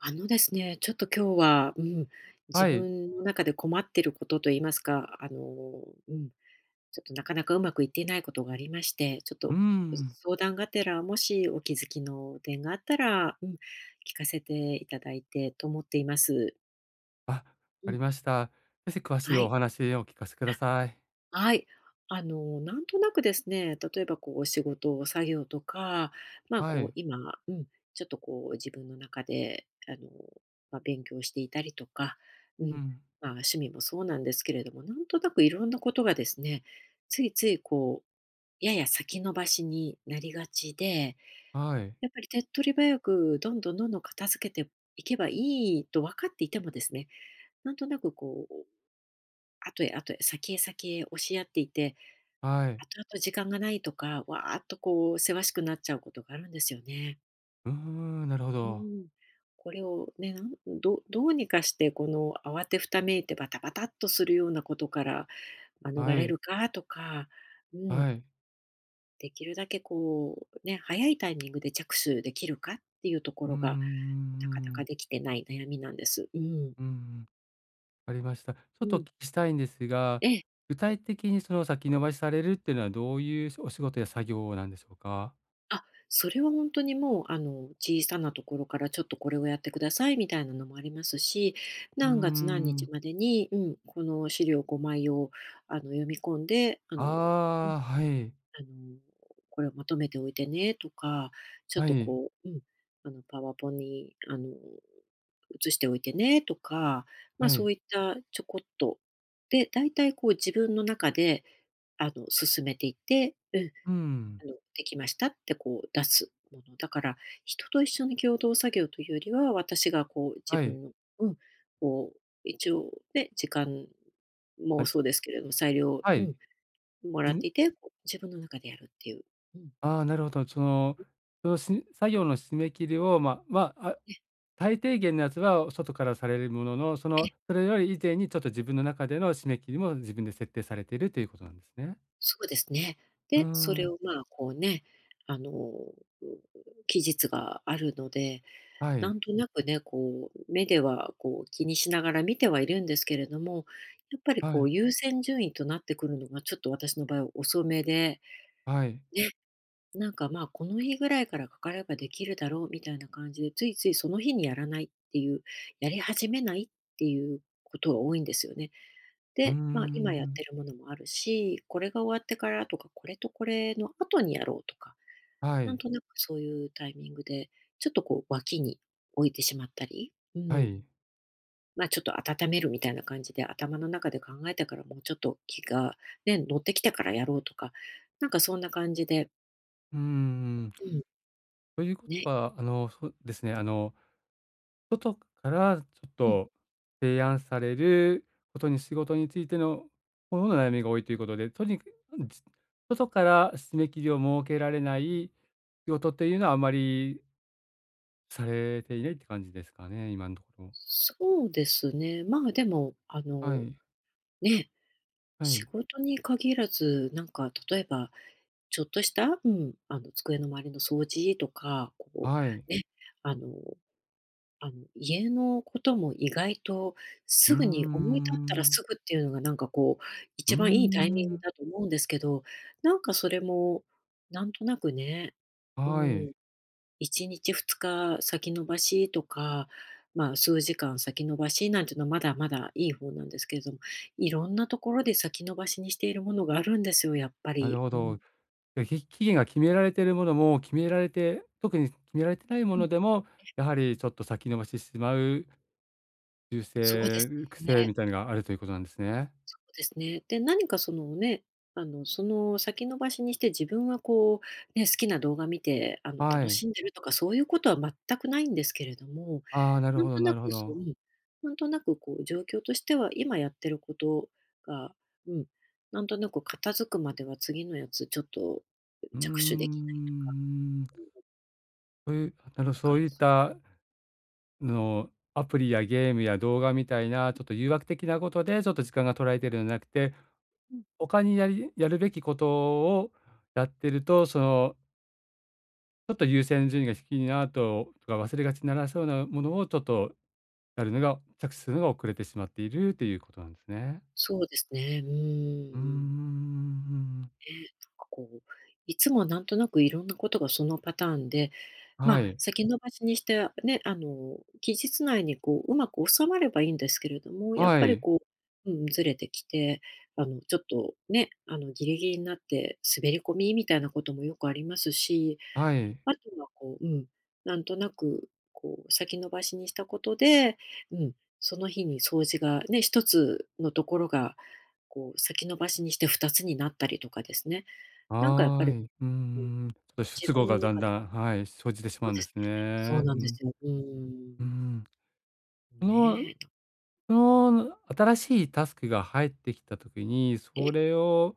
あのですね、ちょっと今日は、うん、自はい。分の中で困ってることと言いますか、うん、ちょっとなかなかうまくいっていないことがありまして、ちょっうーとん。相談がてら、もしお気づきの点があったら、うん、聞かせていただいてと思っています。あ、わうかん、りました。ぜひ詳しいはおい。話をお聞かせください。はい。なんとなくですね、例えばこう仕事、作業とか、まあはこうい。今、うん、ちょっとこう自分の中で、まあ、勉強していたりとか、ううん、ん。まあ趣味もそうなんですけれども、なんとなくいろんなことがですね、ついついこう、やや先延ばしになりがちで、はい。やっぱり手っ取り早くどんどんどんどん片付けていけばいいと分かっていてもですね、なんとなくこう、後へ後へ先へ先へ押しやっていて、はい。後々時間がないとか、わーっとこう、せわしくなっちゃうことがあるんですよね。うーん、なるほうど。ん。これをね、なんどどうにかして、この慌てふためいてバタバタっとするようなことから免はれい。るかとか、うん、はい。できるだけこう、ね、早いタイミングで着手できるかっていうとこうーろん、うんうんが、なかなうかん。できてない悩みなんです。うん。わかりました。ちょうっとお聞ん。きしたいんですが、ええ。具体的にその先延ばしされるっていうのはどういうお仕事や作業なんでしょうか？あ、それは本当にもう、小さなところからちょっとこれをやってくださいみたいなのもありますし、うー何月何日ん。までに、うん、この資料5枚を、読み込んで、うん、ああ、はい。あの、これをまとめておいてねとか、ちょっはとい。こう、うん、パワポに、移しておいてねとか、ま、はそい。ういったちょこっと、で、大体こう自分の中で、進めていってうん、うん。できましたってこう出すもの。だから、人と一緒に共同作業というよりは、私がこうは自い。分のうん、こう一応ね、時間あ、もじそうですけれども、裁量をはうい。ん、もらっていて、こう自分の中でやるっていう。うん。ああ、なるほど。その作業の締め切りを、まあね最低限のやつは外からされるものの、そえ、の、それより以前にちょっと自分の中での締め切りも自分で設定されているということなんですね。そうですね。うーで、それん。をまあこうね、あの、期日があるので、はない。んとなくね、こう、目ではこう気にしながら見てはいるんですけれども、やっぱりはこうい。優先順位となってくるのがちょっと私の場合遅めで、はい。なんかまあこの日ぐらいからかかればできるだろうみたいな感じで、ついついその日にやらないっていう、やり始めないっていうことが多いんですよね。うーで、まあ今やってん。るものもあるし、これが終わってからとか、これとこれの後にやろうとか、はなんい。となくそういうタイミングで、ちょっとこう脇に置いてしまったり、うはん、い。まあ、ちょっと温めるみたいな感じで、頭の中で考えたから、もうちょっと気がね、乗ってきたからやろうとか、なんかそんな感じで、うーん。うん、ということね、は、あの、そうですね、あの外からちょっうん。と提案されることに仕事についてのものの悩みが多いということで、とにかく外から締め切りを設けられない仕事っていうのはあまりされていないって感じですかね、今のところ。そうですね。まあ、でも、はい、ね、は仕い、事に限らず、なんか例えば、ちょっとした、うん、机の周りの掃除とか、こはい。う、ね、あの家のことも意外とうすーぐに思い立ったらん、すぐっていうのがなんかこう、うー一番いいタイミングん、だと思うんですけど、なんかそれもなんとなくね、うはい、ん、1日2日先延ばしとか、まあ、数時間先延ばしなんていうのはまだまだいい方なんですけれども、いろんなところで先延ばしにしているものがあるんですよ、やっぱなるり。ほうん。ど。で、期限が決められているものも決められて特に決められてないもうのん。でも、やはりちょっと先延ばししてしまう修そうです正癖ね。みたいのがあるということなんですね。そうですね。で、何かそのね、その先延ばしにして自分はこう、ね、好きな動画見て、は楽い。しんでるとかそういうことは全くないんですけれども、ああ、なるなほんどとななるほくそう、うど。ん、なんとなくこう状況としては今やってることが、うん、なんとなく片付くまでは次のやつちょっとうー着手できないとか、ん。そういう、なるなんか、そういったの、アプリやゲームや動画みたいな、ちょっと誘惑的なことで、ちょっと時間が取られてるんじゃなくて、他にやるべきことをやってると、その、ちょっと優先順位が低いなととか、忘れがちにならそうなものをちょっとやるのが着手するのが遅れてしまっているということなんですね。そうですね。うーうん。なんーうん。かこう、いつもはなんとなくいろんなことがそのパターンで、まはあ、い。先延ばしにして、ね、期日内にこう、うまく収まればいいんですけれども、やっはぱりい、こう、うん、ずれてきて、ちょっとね、ギリギリになって滑り込みみたいなこともよくありますし、はい、あとはこう、うん、なんとなく、こう、先延ばしにしたことで、うん、その日に掃除がね、一つのところが、こう、先延ばしにして二つになったりとかですね。なんかやっはぱり、ーい。うーうん、ん、ちょっと自出語分のがだん中だでん、はい、生じてしそまううんでですすね。そうね。なうんですん、よ。うーん。うん。そのねえ。その新しいタスクが入ってきた時に、え、それを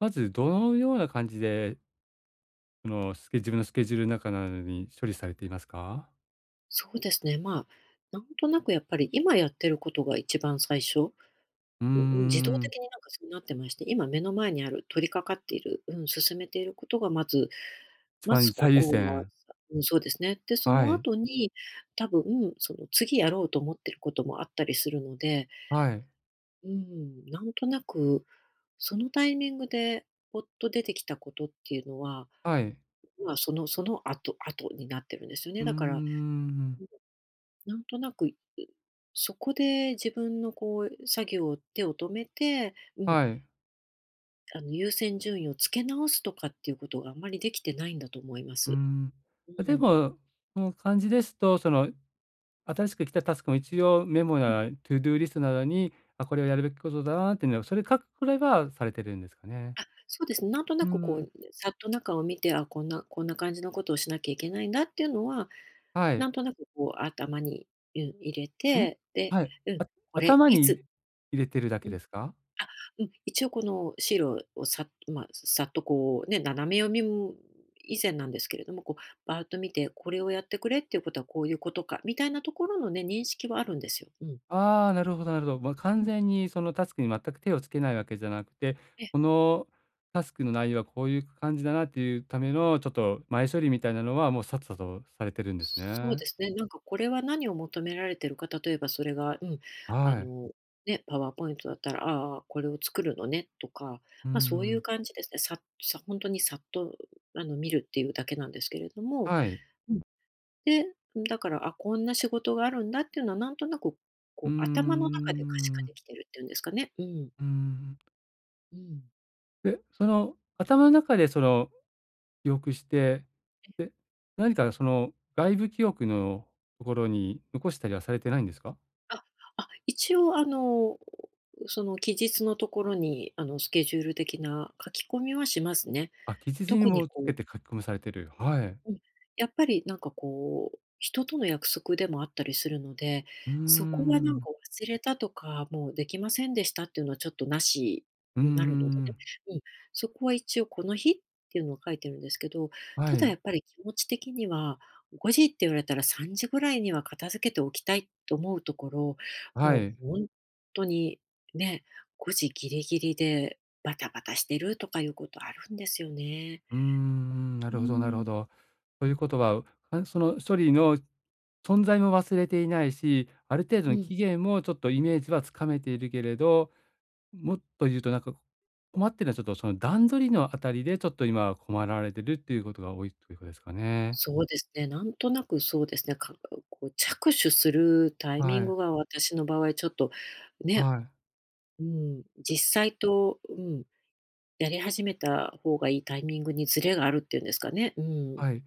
まずどのような感じで、そのスケ自分のスケジュールの中なのに処理されていますか？そうですね、まあ、なんとなくやっぱり今やってることが一番最初、ううーうん、自動ん、的になんかそうなってまして、今目の前にある、取り掛かっている、うん、進めていることがまず一ま番ずこ最優こは先。うん、そうですね。で、そはのい、後に、多分、その次やろうと思ってることもあったりするので、はい、うん、なんとなく、そのタイミングでポッと出てきたことっていうのははい。まあ、その後後になってるんですようね。ーだから、ん、なんとなく、そこで自分のこう作業を手を止めて、うん、はい、優先順位をつけ直すとかっていうことがあんまりできてないんだと思いまうーす。ん。う例えん。ば、その感じですと、その新しく来たタスクも一応メモやトゥードゥーリストなどに、あ、これをやるべきことだなっていうのを、それ書くくらいはされてるんですかね。あ、そうですね。なんとうなーくこん。う、さっと中を見て、あ、こんな感じのことをしなきゃいけないんだっていうのは、はなんい。となくこう頭に、うん、入れん？て、で、はい。うん、これ頭いにつ入れてるだうけんですか？あ、うん、一応このシールをまあ、さっとこうね、斜め読みも以前なんですけれども、こうバーッと見て、これをやってくれっていうことはこういうことか、みたいなところのね、認識はあるんですよ。うん。ああ、なるほどなるほど。ま、う完ん。全にそのタスクに全く手をつけないわけじゃなくて、えこのタスクの内容はこういう感じだなっていうための、ちょっと前処理みたいなのは、もうさっさとされてるんですそうね。ですね、なんかこれは何を求められてるか、例えばそれが、うん、あはい。の、ね、パワーポイントだったら、ああ、これを作るのねとか、うんうま、そういうん。感じですね。本当にさっと見るっていうだけなんですけれども。はい。で、だから、あ、こんな仕事があるんだっていうのはなんとなく、こうーう、頭の中で可視化でん。きてるっていうんですかね。うん。うーん。うん。で、その頭の中でその記憶して、で、何かその外部記憶のところに残したりはされてないんですか？あ、あ、一応その期日のところに、スケジュール的な書き込みはしますね。あ、記述に特にもつこうけて書き込みされてる。はい。うん、やっぱりなんかこう、人との約束でもあったりするので、うーそこはなんん。か忘れたとか、もうできませんでしたっていうのはちょっとなしうーになるのでね。ん。うん、そこは一応この日っていうのを書いてるんですけど、たはだやっい。ぱり気持ち的には、5時って言われたら3時ぐらいには片付けておきたいと思うところ、はもい。う本当にね、5時ギリギリでバタバタしてるとかいうことあるんですよね。うーん、なるほどなるほうど。というこん。とは、かその処理の存在も忘れていないし、ある程度うのん。期限もちょっとイメージはつかめているけれどもっと言うとなんか、困ってるのはちょっとその段取りのあたりで、ちょっと今困られてるっていうことが多いということですかね。そうですね、なんとなくそうですね、こう着手するタイミはングい、が私の場合ちょっとね、はい、うん、実際と、うん、やり始めた方がいいタイミングにズレがあるっていうんですかね。うん、はい。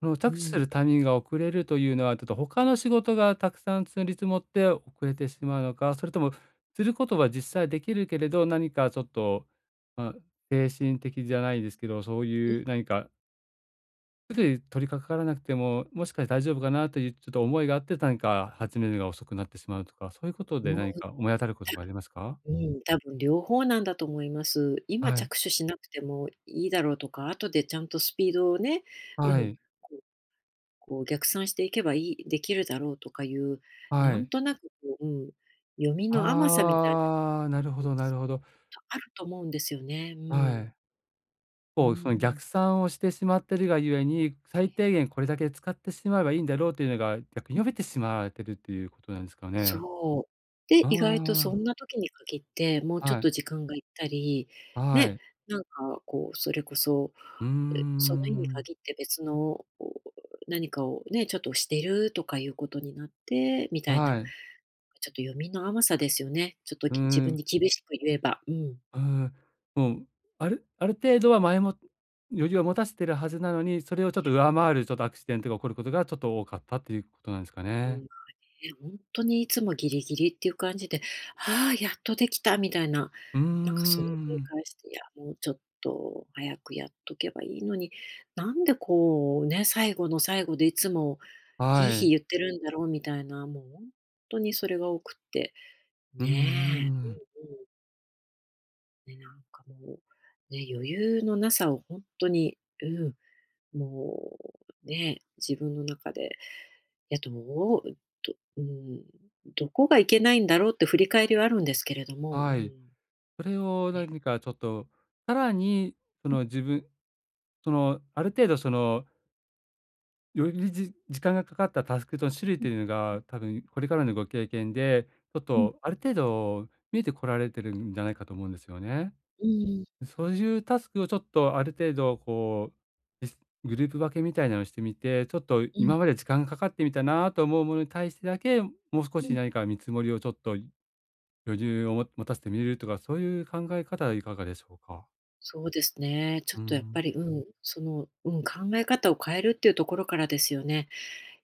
そのう着手すん、るタイミングが遅れるというのは、ちょっと他の仕事がたくさん積り積もって遅れてしまうのか、それともすることは実際できるけれど、何かちょっと、まあ、精神的じゃないですけど、そういう何かすぐ取り掛からなくても、もしかして大丈夫かなというちょっと思いがあって、何か始めるのが遅くなってしまうとか、そういうことで何もか思い当たることがありますか？う、うん、多分両方なんだと思います。今はい。着手しなくてもいいだろうとか、後でちゃんとスピードをね、うはん、い。こうこう逆算していけばいいできるだろうとかいう、はなんい。となくこう、うん、読みの甘さみたいなああ、なるほどなるほど。とあると思うんですよね。うはん。い。うこう、その逆ん。算をしてしまってるがゆえに、最低限これだけ使ってしまえばいいんだろうというのが、逆に読めてしまってるっていうことなんですかね。そう。で、あ意外とそんあ、な時に限って、もうちょっはとい、時間がいったり、はね、い。なんかこう、それこそ、うーえ、その日にん。限って別の、何かをね、ちょっとしてるとかいうことになって、みたいな、はい。ちょっと読みの甘さですよね。ちょっと、うー自分ん。に厳しく言えば。うん。うーん、もう、ある程度は前も余裕は持たせてるはずなのに、それをちょっと上回るちょっとアクシデントが起こることがちょっと多かったっていうことなんですかうん、ね。ね、ほんとにいつもギリギリっていう感じで、ああ、やっとできたみたいなうーなんかその繰りん。返していや、もうちょっと早くやっとけばいいのに、なんでこうね、最後の最後でいつもヒーはヒーい。言ってるんだろうみたいな、もう本当にそれが多くって。うんうねえ。ん。ね、なんかもう、ね、余裕のなさを本当に、うん、もうね、自分の中で、いや、どうどうん、どこがいけないんだろうって振り返りはあるんですけれども、うはい。ん、それをね。何かちょっと、さらにその自分その、ある程度その、より時間がかかったタスクの種類というのが、多分これからのご経験で、ちょっうんうん。とある程度見えてこられてるんじゃないかと思うんですよね。うんうん。うそん。ういうタスクをちょっとある程度こう、グループ分けみたいなのをしてみて、ちょっと今まで時う間かかってみたなと思うものに対してだけ、もう少し何ん。か見積もりをちょっと余裕を持たせてみるとか、そういう考え方はいかがでしょうか？そうですね。ちょうっーとやっぱん。り、うん。その、うん、考え方を変えるっていうところからですよね。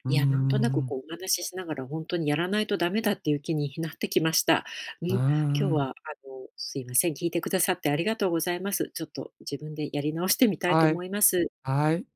うーいや、なんとなくん。こうお話ししながら本当にやらないとダメだっていう気に なってきました。うん、うー今日ん。はすいません、聞いてくださってありがとうございます。ちょっと自分でやり直してみたいとは思い、います。はい。